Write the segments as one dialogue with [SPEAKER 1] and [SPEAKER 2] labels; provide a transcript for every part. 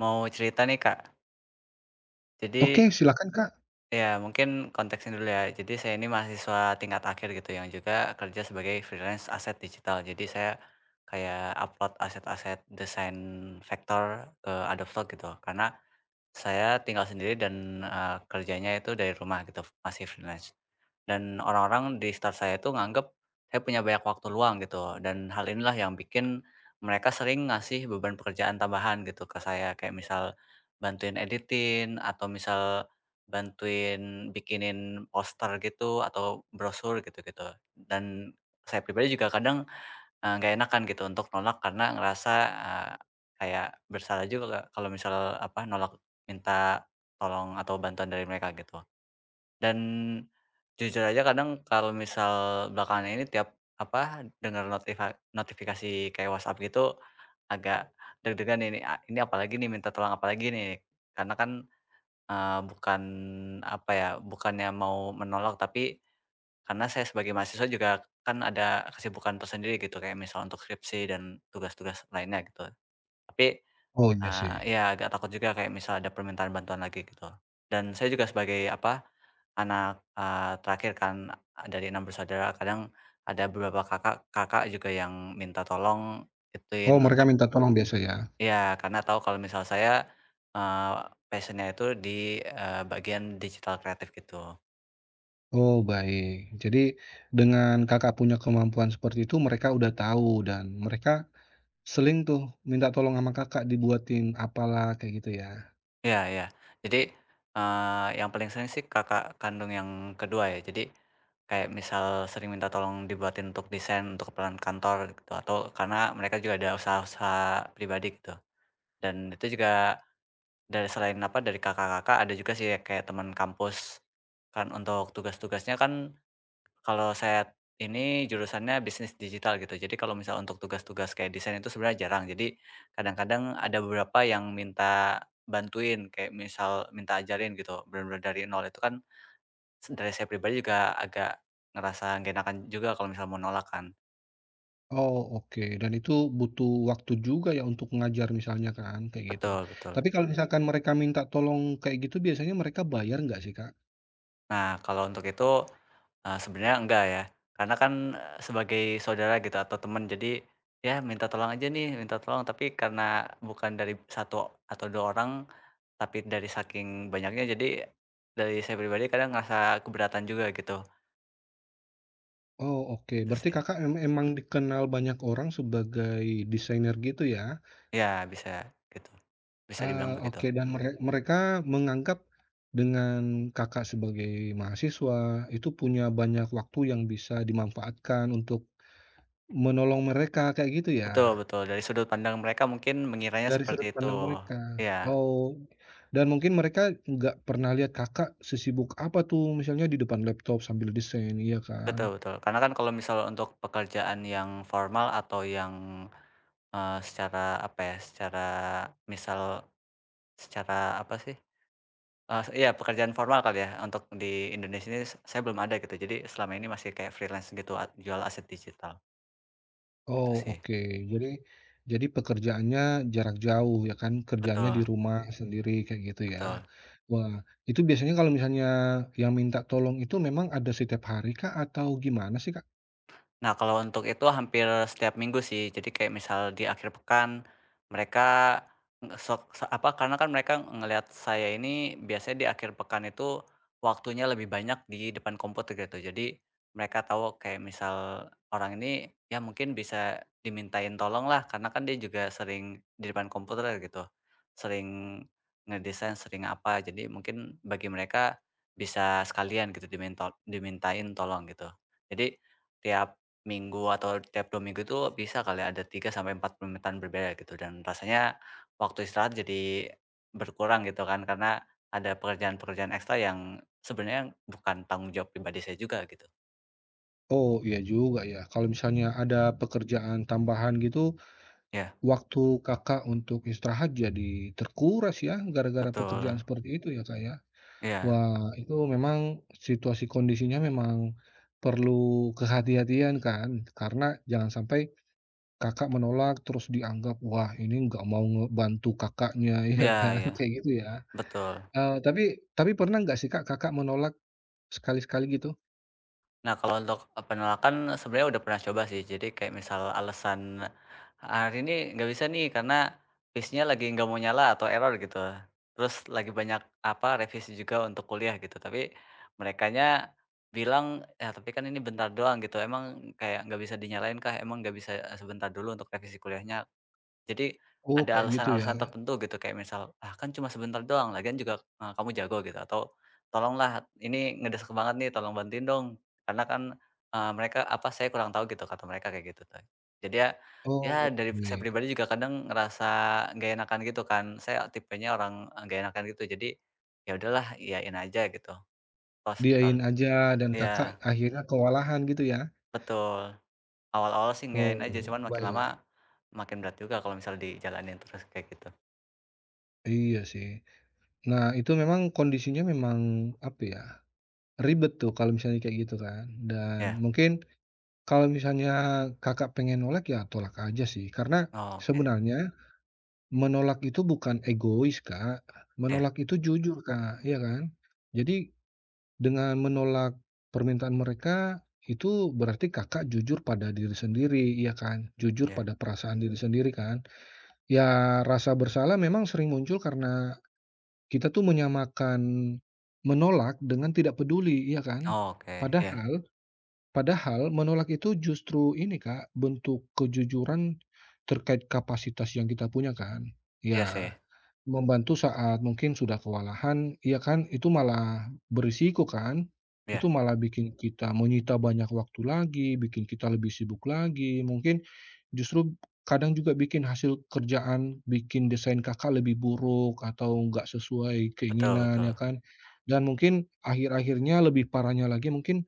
[SPEAKER 1] Mau cerita nih, Kak.
[SPEAKER 2] Oke,
[SPEAKER 1] Jadi
[SPEAKER 2] silakan, Kak.
[SPEAKER 1] ya mungkin konteksnya dulu ya. Jadi saya ini mahasiswa tingkat akhir gitu yang juga kerja sebagai freelance aset digital. Jadi saya kayak upload aset-aset desain vektor ke Adobe Stock gitu. Karena saya tinggal sendiri dan, kerjanya itu dari rumah gitu, masih freelance. Dan orang-orang di start saya itu nganggep saya punya banyak waktu luang gitu, dan hal inilah yang bikin mereka sering ngasih beban pekerjaan tambahan gitu ke saya. Kayak misal bantuin editing atau misal bantuin bikinin poster gitu atau brosur gitu-gitu. Dan saya pribadi juga kadang nggak enakan gitu untuk nolak karena ngerasa, eee, kayak bersalah juga, Kak, kalau misal, apa, nolak minta tolong atau bantuan dari mereka gitu. Dan jujur aja kadang kalau misal belakangan ini tiap, apa, dengar notifikasi kayak WhatsApp gitu agak deg-degan ini, ini apalagi nih, minta tolong apalagi nih? Karena kan, bukan, apa ya, bukannya mau menolak tapi karena saya sebagai mahasiswa juga kan ada kesibukan tersendiri gitu, kayak misal untuk skripsi dan tugas-tugas lainnya gitu. Tapi,
[SPEAKER 2] Oh, iya sih.
[SPEAKER 1] ya agak takut juga kayak misal ada permintaan bantuan lagi gitu. Dan saya juga sebagai apa, anak, terakhir kan, dari 6 bersaudara, kadang ada beberapa kakak kakak juga yang minta tolong ituin
[SPEAKER 2] Oh, mereka
[SPEAKER 1] untuk
[SPEAKER 2] minta tolong biasa ya?
[SPEAKER 1] ya karena tahu kalau misal saya, eee, passion itu di, bagian digital kreatif gitu.
[SPEAKER 2] Oh, baik. Jadi dengan Kakak punya kemampuan seperti itu, mereka udah tahu dan mereka sering tuh minta tolong sama Kakak dibuatin apalah, kayak gitu ya?
[SPEAKER 1] Iya iya. Jadi, yang paling sering sih kakak kandung yang kedua ya. Jadi, kayak misal sering minta tolong dibuatin untuk desain untuk keperluan kantor gitu, atau karena mereka juga ada usaha-usaha pribadi gitu. Dan itu juga dari selain apa, dari kakak-kakak ada juga sih ya kayak teman kampus. Kan untuk tugas-tugasnya kan kalau saya ini jurusannya bisnis digital gitu. Jadi kalau misal untuk tugas-tugas kayak desain itu sebenarnya jarang. Jadi kadang-kadang ada beberapa yang minta bantuin kayak misal minta ajarin gitu. Benar-benar dari nol itu kan dari saya pribadi juga agak ngerasa gak enakan juga kalau misal mau nolak kan.
[SPEAKER 2] Oh, oke. Dan itu butuh waktu juga ya untuk ngajar misalnya kan, kayak gitu.
[SPEAKER 1] Betul, betul.
[SPEAKER 2] Tapi kalau misalkan mereka minta tolong kayak gitu, biasanya mereka bayar nggak sih, Kak?
[SPEAKER 1] Nah, kalau untuk itu sebenarnya enggak ya, karena kan, sebagai saudara gitu atau teman jadi, ya minta tolong aja nih, minta tolong tapi karena bukan dari satu atau 2 orang, tapi dari saking banyaknya jadi, dari saya pribadi kadang ngerasa keberatan juga gitu,
[SPEAKER 2] Oh, oke.
[SPEAKER 1] itu
[SPEAKER 2] Berarti
[SPEAKER 1] sih.
[SPEAKER 2] Kakak emang dikenal banyak orang sebagai desainer gitu ya?
[SPEAKER 1] Iya bisa gitu, bisa dibilang
[SPEAKER 2] Ah,
[SPEAKER 1] begitu.
[SPEAKER 2] oke dan mereka menganggap dengan Kakak sebagai mahasiswa itu punya banyak waktu yang bisa dimanfaatkan untuk menolong mereka kayak gitu ya?
[SPEAKER 1] Betul betul dari sudut pandang mereka mungkin mengiranya
[SPEAKER 2] Dari
[SPEAKER 1] seperti
[SPEAKER 2] sudut
[SPEAKER 1] itu.
[SPEAKER 2] pandang mereka?
[SPEAKER 1] Iya,
[SPEAKER 2] Oh, dan mungkin mereka nggak pernah lihat Kakak sesibuk apa tuh misalnya di depan laptop sambil desain, iya kan?
[SPEAKER 1] betul betul karena kan kalau misal untuk pekerjaan yang formal atau yang, secara apa ya, secara misal. Secara apa sih, iya pekerjaan formal kali ya untuk di Indonesia ini saya belum ada gitu. Jadi selama ini masih kayak freelance gitu, jual aset digital,
[SPEAKER 2] Oh,
[SPEAKER 1] gitu sih.
[SPEAKER 2] oke. Jadi jadi pekerjaannya jarak jauh ya kan, kerjanya di
[SPEAKER 1] Betul
[SPEAKER 2] rumah Iya. sendiri kayak gitu ya.
[SPEAKER 1] betul.
[SPEAKER 2] Wah, itu biasanya kalau misalnya yang minta tolong itu memang ada setiap hari kak atau gimana sih, Kak?
[SPEAKER 1] Nah, kalau untuk itu hampir setiap minggu sih. Jadi kayak misal di akhir pekan mereka nge sok se apa, karena kan mereka ngelihat saya ini biasanya di akhir pekan itu waktunya lebih banyak di depan komputer gitu. Jadi mereka tahu kayak misal orang ini ya mungkin bisa dimintain tolong lah, karena kan dia juga sering di depan komputer gitu. Sering ngedesain, sering apa. Jadi mungkin bagi mereka bisa sekalian gitu dimintain tolong gitu. Jadi tiap Minggu atau tiap 2 minggu itu bisa kali ya, ada 3 sampai empat pemerintahan berbeda gitu dan rasanya waktu istirahat jadi berkurang gitu kan karena ada pekerjaan-pekerjaan ekstra yang sebenarnya bukan tanggung jawab pribadi saya juga gitu.
[SPEAKER 2] Oh, iya juga ya. Kalau misalnya ada pekerjaan tambahan gitu,
[SPEAKER 1] Ya
[SPEAKER 2] waktu Kakak untuk istirahat jadi terkuras ya gara-gara
[SPEAKER 1] betul.
[SPEAKER 2] pekerjaan seperti itu ya, Kak, ya.
[SPEAKER 1] Iya
[SPEAKER 2] Wah, itu memang situasi kondisinya memang perlu kehati-hatian kan, karena jangan sampai Kakak menolak terus dianggap, "Wah ini nggak mau ngebantu Kakaknya," ya
[SPEAKER 1] iya
[SPEAKER 2] kan,
[SPEAKER 1] iya,
[SPEAKER 2] kayak gitu ya.
[SPEAKER 1] betul.
[SPEAKER 2] Eee, tapi tapi pernah nggak sih Kak, Kakak menolak sekali-sekali gitu?
[SPEAKER 1] Nah, kalau untuk penolakan sebenarnya udah pernah coba sih. Jadi kayak misal alasan, "Ah, hari ini nggak bisa nih karena PC-nya lagi nggak mau nyala atau error," gitu. Terus lagi banyak, apa, revisi juga untuk kuliah gitu. Tapi merekanya bilang, "Ya tapi kan ini bentar doang," gitu. "Emang kayak nggak bisa dinyalain kah? Emang nggak bisa, sebentar dulu untuk revisi kuliahnya?" Jadi
[SPEAKER 2] Oh
[SPEAKER 1] ada
[SPEAKER 2] kayak gitu ya.
[SPEAKER 1] alasan-alasan tertentu gitu kayak misal, "Ah, kan cuma sebentar doang lagian juga, kamu jago," gitu atau, "Tolonglah, ini ngedesek banget nih, tolong bantuin dong." Karena kan, mereka apa, "Saya kurang tahu," gitu kata mereka kayak gitu tuh. Jadi ya ya
[SPEAKER 2] Oh
[SPEAKER 1] dari saya
[SPEAKER 2] oke.
[SPEAKER 1] pribadi juga kadang ngerasa nggak enakan gitu kan, saya tipenya orang, nggak enakan gitu jadi, ya udahlah iyain aja gitu. Pas
[SPEAKER 2] Diain
[SPEAKER 1] nol
[SPEAKER 2] aja dan Kakak
[SPEAKER 1] Iya,
[SPEAKER 2] akhirnya kewalahan gitu ya?
[SPEAKER 1] betul. Awal-awal sih ngiyain aja
[SPEAKER 2] Oh,
[SPEAKER 1] cuman makin lama
[SPEAKER 2] baik.
[SPEAKER 1] makin berat juga kalau misalnya dijalanin terus kayak gitu.
[SPEAKER 2] Iya sih. Nah itu memang kondisinya memang apa ya, ribet tuh kalau misalnya kayak gitu kan dan
[SPEAKER 1] Iya,
[SPEAKER 2] mungkin kalau misalnya Kakak pengen nolak ya tolak aja sih karena
[SPEAKER 1] oke.
[SPEAKER 2] sebenarnya Menolak itu bukan egois, Kak,
[SPEAKER 1] Iya
[SPEAKER 2] menolak itu jujur, Kak, iya kan? Jadi dengan menolak permintaan mereka, itu berarti Kakak jujur pada diri sendiri, iya kan? Jujur
[SPEAKER 1] iya.
[SPEAKER 2] pada perasaan diri sendiri kan? Ya rasa bersalah memang sering muncul karena kita tuh menyamakan menolak dengan tidak peduli, iya kan?
[SPEAKER 1] Oh, oke, iya.
[SPEAKER 2] Padahal padahal menolak itu justru ini, Kak, bentuk kejujuran terkait kapasitas yang kita punya kan?
[SPEAKER 1] Iya sih,
[SPEAKER 2] Ya. Membantu saat mungkin sudah kewalahan, iya kan, itu malah berisiko kan?
[SPEAKER 1] iya,
[SPEAKER 2] Itu malah bikin kita menyita banyak waktu lagi, bikin kita lebih sibuk lagi, mungkin justru kadang juga bikin hasil kerjaan, bikin desain Kakak lebih buruk atau nggak sesuai
[SPEAKER 1] betul
[SPEAKER 2] keinginan, ya
[SPEAKER 1] betul.
[SPEAKER 2] kan? Dan mungkin akhir-akhirnya lebih parahnya lagi mungkin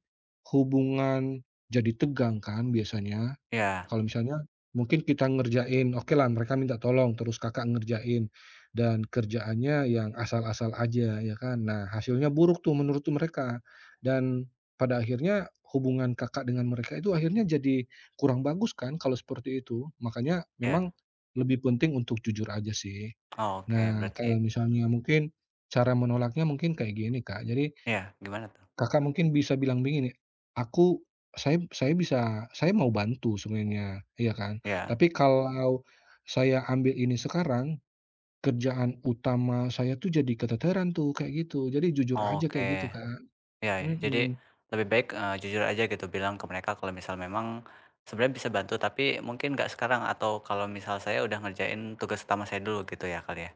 [SPEAKER 2] hubungan jadi tegang kan biasanya?
[SPEAKER 1] Iya
[SPEAKER 2] Kalau misalnya mungkin kita ngerjain, oke lah, mereka minta tolong, terus Kakak ngerjain dan kerjaannya yang asal-asal aja ya kan. Nah, hasilnya buruk tuh menurut tuh mereka dan pada akhirnya hubungan Kakak dengan mereka itu akhirnya jadi kurang bagus kan kalau seperti itu. Makanya
[SPEAKER 1] iya.
[SPEAKER 2] memang lebih penting untuk jujur aja sih.
[SPEAKER 1] Oh, oke,
[SPEAKER 2] Nah,
[SPEAKER 1] berarti
[SPEAKER 2] kalau misalnya mungkin cara menolaknya mungkin kayak gini, Kak. Jadi
[SPEAKER 1] iya, gimana tuh?
[SPEAKER 2] Kakak mungkin bisa bilang begini, "Aku saya bisa, saya mau bantu sebenarnya," iya kan.
[SPEAKER 1] Iya.
[SPEAKER 2] Tapi kalau saya ambil ini sekarang, kerjaan utama saya tuh jadi keteteran tuh, kayak gitu. Jadi jujur
[SPEAKER 1] Oh,
[SPEAKER 2] aja
[SPEAKER 1] oke.
[SPEAKER 2] kayak gitu, Kak.
[SPEAKER 1] Iya iya. Jadi
[SPEAKER 2] Mhm.
[SPEAKER 1] lebih baik, jujur aja gitu bilang ke mereka kalau misal memang sebenarnya bisa bantu, tapi mungkin nggak sekarang atau kalau misal saya udah ngerjain tugas utama saya dulu gitu ya kali ya?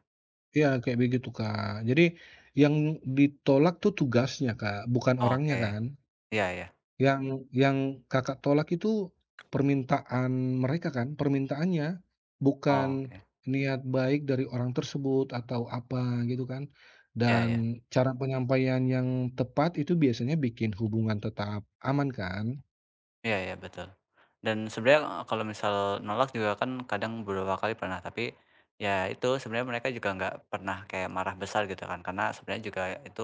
[SPEAKER 2] Iya, kayak begitu, Kak. Jadi yang ditolak tuh tugasnya, Kak, bukan orangnya
[SPEAKER 1] Oke,
[SPEAKER 2] kan.
[SPEAKER 1] iya iya.
[SPEAKER 2] Yang yang Kakak tolak itu permintaan mereka kan, permintaannya, bukan
[SPEAKER 1] Oh, oke,
[SPEAKER 2] niat baik dari orang tersebut atau apa gitu kan.
[SPEAKER 1] iya iya.
[SPEAKER 2] Dan cara penyampaian yang tepat itu biasanya bikin hubungan tetap aman kan.
[SPEAKER 1] Iya iya, betul. Dan sebenarnya, kalau misal nolak juga kan kadang beberapa kali pernah, tapi ya itu sebenarnya mereka juga nggak pernah kayak marah besar gitu kan, karena sebenarnya juga itu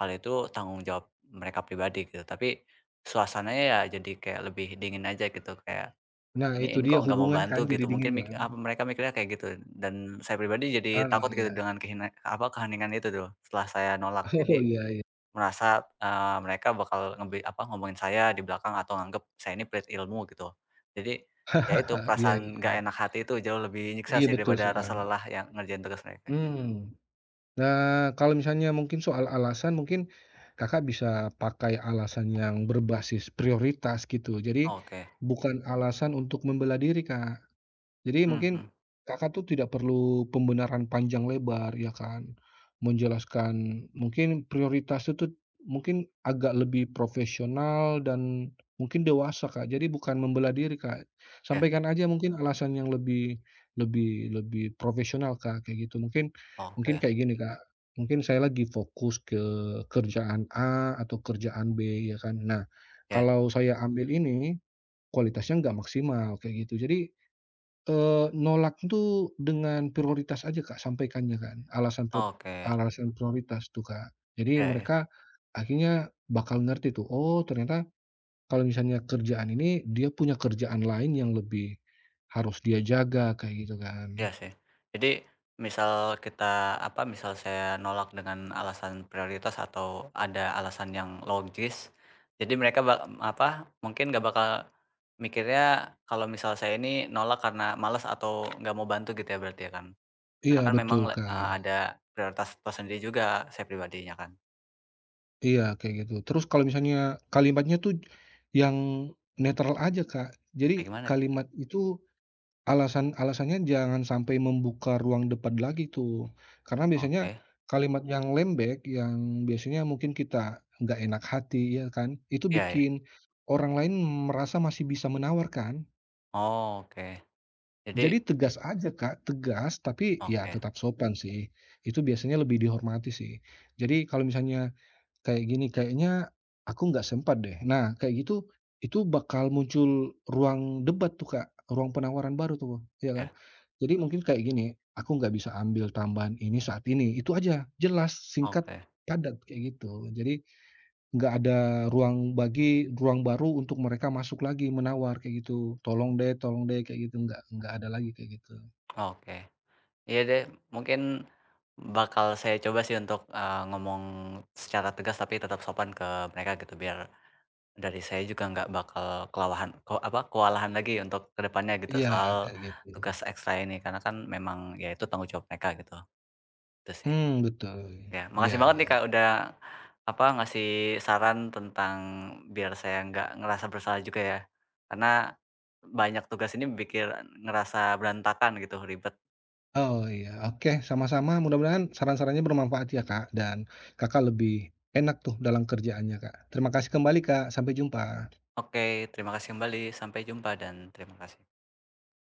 [SPEAKER 1] hal itu tanggung jawab mereka pribadi gitu. Tapi suasananya ya jadi kayak lebih dingin aja gitu, kayak,
[SPEAKER 2] Nah
[SPEAKER 1] "Ini
[SPEAKER 2] itu
[SPEAKER 1] ini
[SPEAKER 2] dia
[SPEAKER 1] kok nggak mau
[SPEAKER 2] hubungan
[SPEAKER 1] bantu?"
[SPEAKER 2] kan jadi
[SPEAKER 1] gitu.
[SPEAKER 2] dingin
[SPEAKER 1] Mungkin mik
[SPEAKER 2] kan.
[SPEAKER 1] apa mereka mikirnya kayak gitu dan saya pribadi jadi
[SPEAKER 2] Ah,
[SPEAKER 1] takut gitu
[SPEAKER 2] iya.
[SPEAKER 1] dengan keheningan itu tuh setelah saya nolak.
[SPEAKER 2] Oh,
[SPEAKER 1] Jadi
[SPEAKER 2] iya iya.
[SPEAKER 1] merasa, mereka bakal ngomongin saya di belakang atau nganggep saya ini pelit ilmu gitu. Jadi, ya itu
[SPEAKER 2] Iya iya
[SPEAKER 1] perasaan nggak
[SPEAKER 2] iya.
[SPEAKER 1] enak hati itu jauh lebih nyiksa
[SPEAKER 2] Iya
[SPEAKER 1] sih
[SPEAKER 2] betul
[SPEAKER 1] daripada
[SPEAKER 2] sih, Kak.
[SPEAKER 1] rasa lelah yang ngerjain tugas mereka.
[SPEAKER 2] Mmm. Nah, kalau misalnya mungkin soal alasan, mungkin Kakak bisa pakai alasan yang berbasis prioritas gitu. Jadi
[SPEAKER 1] Oke.
[SPEAKER 2] bukan alasan untuk membela diri, Kak. Jadi mungkin
[SPEAKER 1] Mhm,
[SPEAKER 2] Kakak tuh tidak perlu pembenaran panjang lebar ya kan, menjelaskan mungkin prioritas itu mungkin agak lebih profesional dan mungkin dewasa, Kak. Jadi bukan membela diri, Kak.
[SPEAKER 1] iya.
[SPEAKER 2] Sampaikan aja mungkin alasan yang lebih lebih lebih profesional, Kak, kayak gitu. Mungkin mungkin
[SPEAKER 1] Oke,
[SPEAKER 2] kayak gini, Kak, mungkin saya lagi fokus ke kerjaan A atau kerjaan B ya kan. Nah,
[SPEAKER 1] ya,
[SPEAKER 2] kalau saya ambil ini kualitasnya nggak maksimal kayak gitu. Jadi nolak tuh dengan prioritas aja, Kak, sampaikannya kan, alasan pro
[SPEAKER 1] oke.
[SPEAKER 2] alasan prioritas tuh, Kak. Jadi
[SPEAKER 1] Ya ya.
[SPEAKER 2] mereka akhirnya bakal ngerti tuh, oh ternyata kalau misalnya kerjaan ini dia punya kerjaan lain yang lebih harus dia jaga kayak gitu
[SPEAKER 1] Iya
[SPEAKER 2] kan.
[SPEAKER 1] sih. Jadi misal kita, apa, misal saya nolak dengan alasan prioritas atau ada alasan yang logis, jadi mereka apa, mungkin nggak bakal mikirnya kalau misal saya ini nolak karena malas atau nggak mau bantu gitu ya berarti ya kan? Karena
[SPEAKER 2] Iya
[SPEAKER 1] kan memang
[SPEAKER 2] betul, Kak.
[SPEAKER 1] ada prioritas tersendiri juga saya pribadinya kan.
[SPEAKER 2] Iya kayak gitu. Terus kalau misalnya kalimatnya tuh yang netral aja, Kak.
[SPEAKER 1] Kayak
[SPEAKER 2] Jadi
[SPEAKER 1] gimana tuh?
[SPEAKER 2] kalimat itu Alasannya jangan sampai membuka ruang debat lagi tuh, karena biasanya
[SPEAKER 1] Oke.
[SPEAKER 2] kalimat yang lembek, yang biasanya mungkin kita nggak enak hati, ya kan, itu
[SPEAKER 1] Iya ya.
[SPEAKER 2] bikin orang lain merasa masih bisa menawarkan.
[SPEAKER 1] Oh, oke. Jadi
[SPEAKER 2] Jadi tegas aja, Kak, tegas tapi ya
[SPEAKER 1] oke.
[SPEAKER 2] tetap sopan sih, itu biasanya lebih dihormati sih. Jadi kalau misalnya kayak gini, "Kayaknya aku nggak sempat deh." Nah, kayak gitu, itu bakal muncul ruang debat tuh, Kak, ruang penawaran baru tuh, ya kan?
[SPEAKER 1] Iya.
[SPEAKER 2] Jadi mungkin kayak gini, "Aku nggak bisa ambil tambahan ini saat ini." Itu aja, jelas, singkat,
[SPEAKER 1] Oke
[SPEAKER 2] padat, kayak gitu. Jadi nggak ada ruang bagi ruang baru untuk mereka masuk lagi menawar kayak gitu, tolong deh," kayak gitu, nggak ada lagi kayak gitu.
[SPEAKER 1] oke. Iya deh, mungkin bakal saya coba sih untuk, ngomong secara tegas tapi tetap sopan ke mereka gitu, biar dari saya juga nggak bakal kewalahan lagi untuk kedepannya gitu
[SPEAKER 2] Iya,
[SPEAKER 1] soal
[SPEAKER 2] kayak gitu.
[SPEAKER 1] tugas ekstra ini, karena kan memang ya itu tanggung jawab mereka gitu, itu sih.
[SPEAKER 2] Hmm betul.
[SPEAKER 1] Ya,
[SPEAKER 2] Iya
[SPEAKER 1] makasih banget nih
[SPEAKER 2] iya.
[SPEAKER 1] Kak, udah apa, ngasih saran tentang biar saya nggak ngerasa bersalah juga ya, karena banyak tugas ini bikin ngerasa berantakan gitu, ribet.
[SPEAKER 2] Oh iya, oke sama-sama mudah-mudahan saran-sarannya bermanfaat ya Kak, dan Kakak lebih enak tuh dalam kerjaannya Kak. Terima kasih kembali Kak, sampai jumpa.
[SPEAKER 1] Oke, terima kasih kembali. Sampai jumpa dan terima kasih.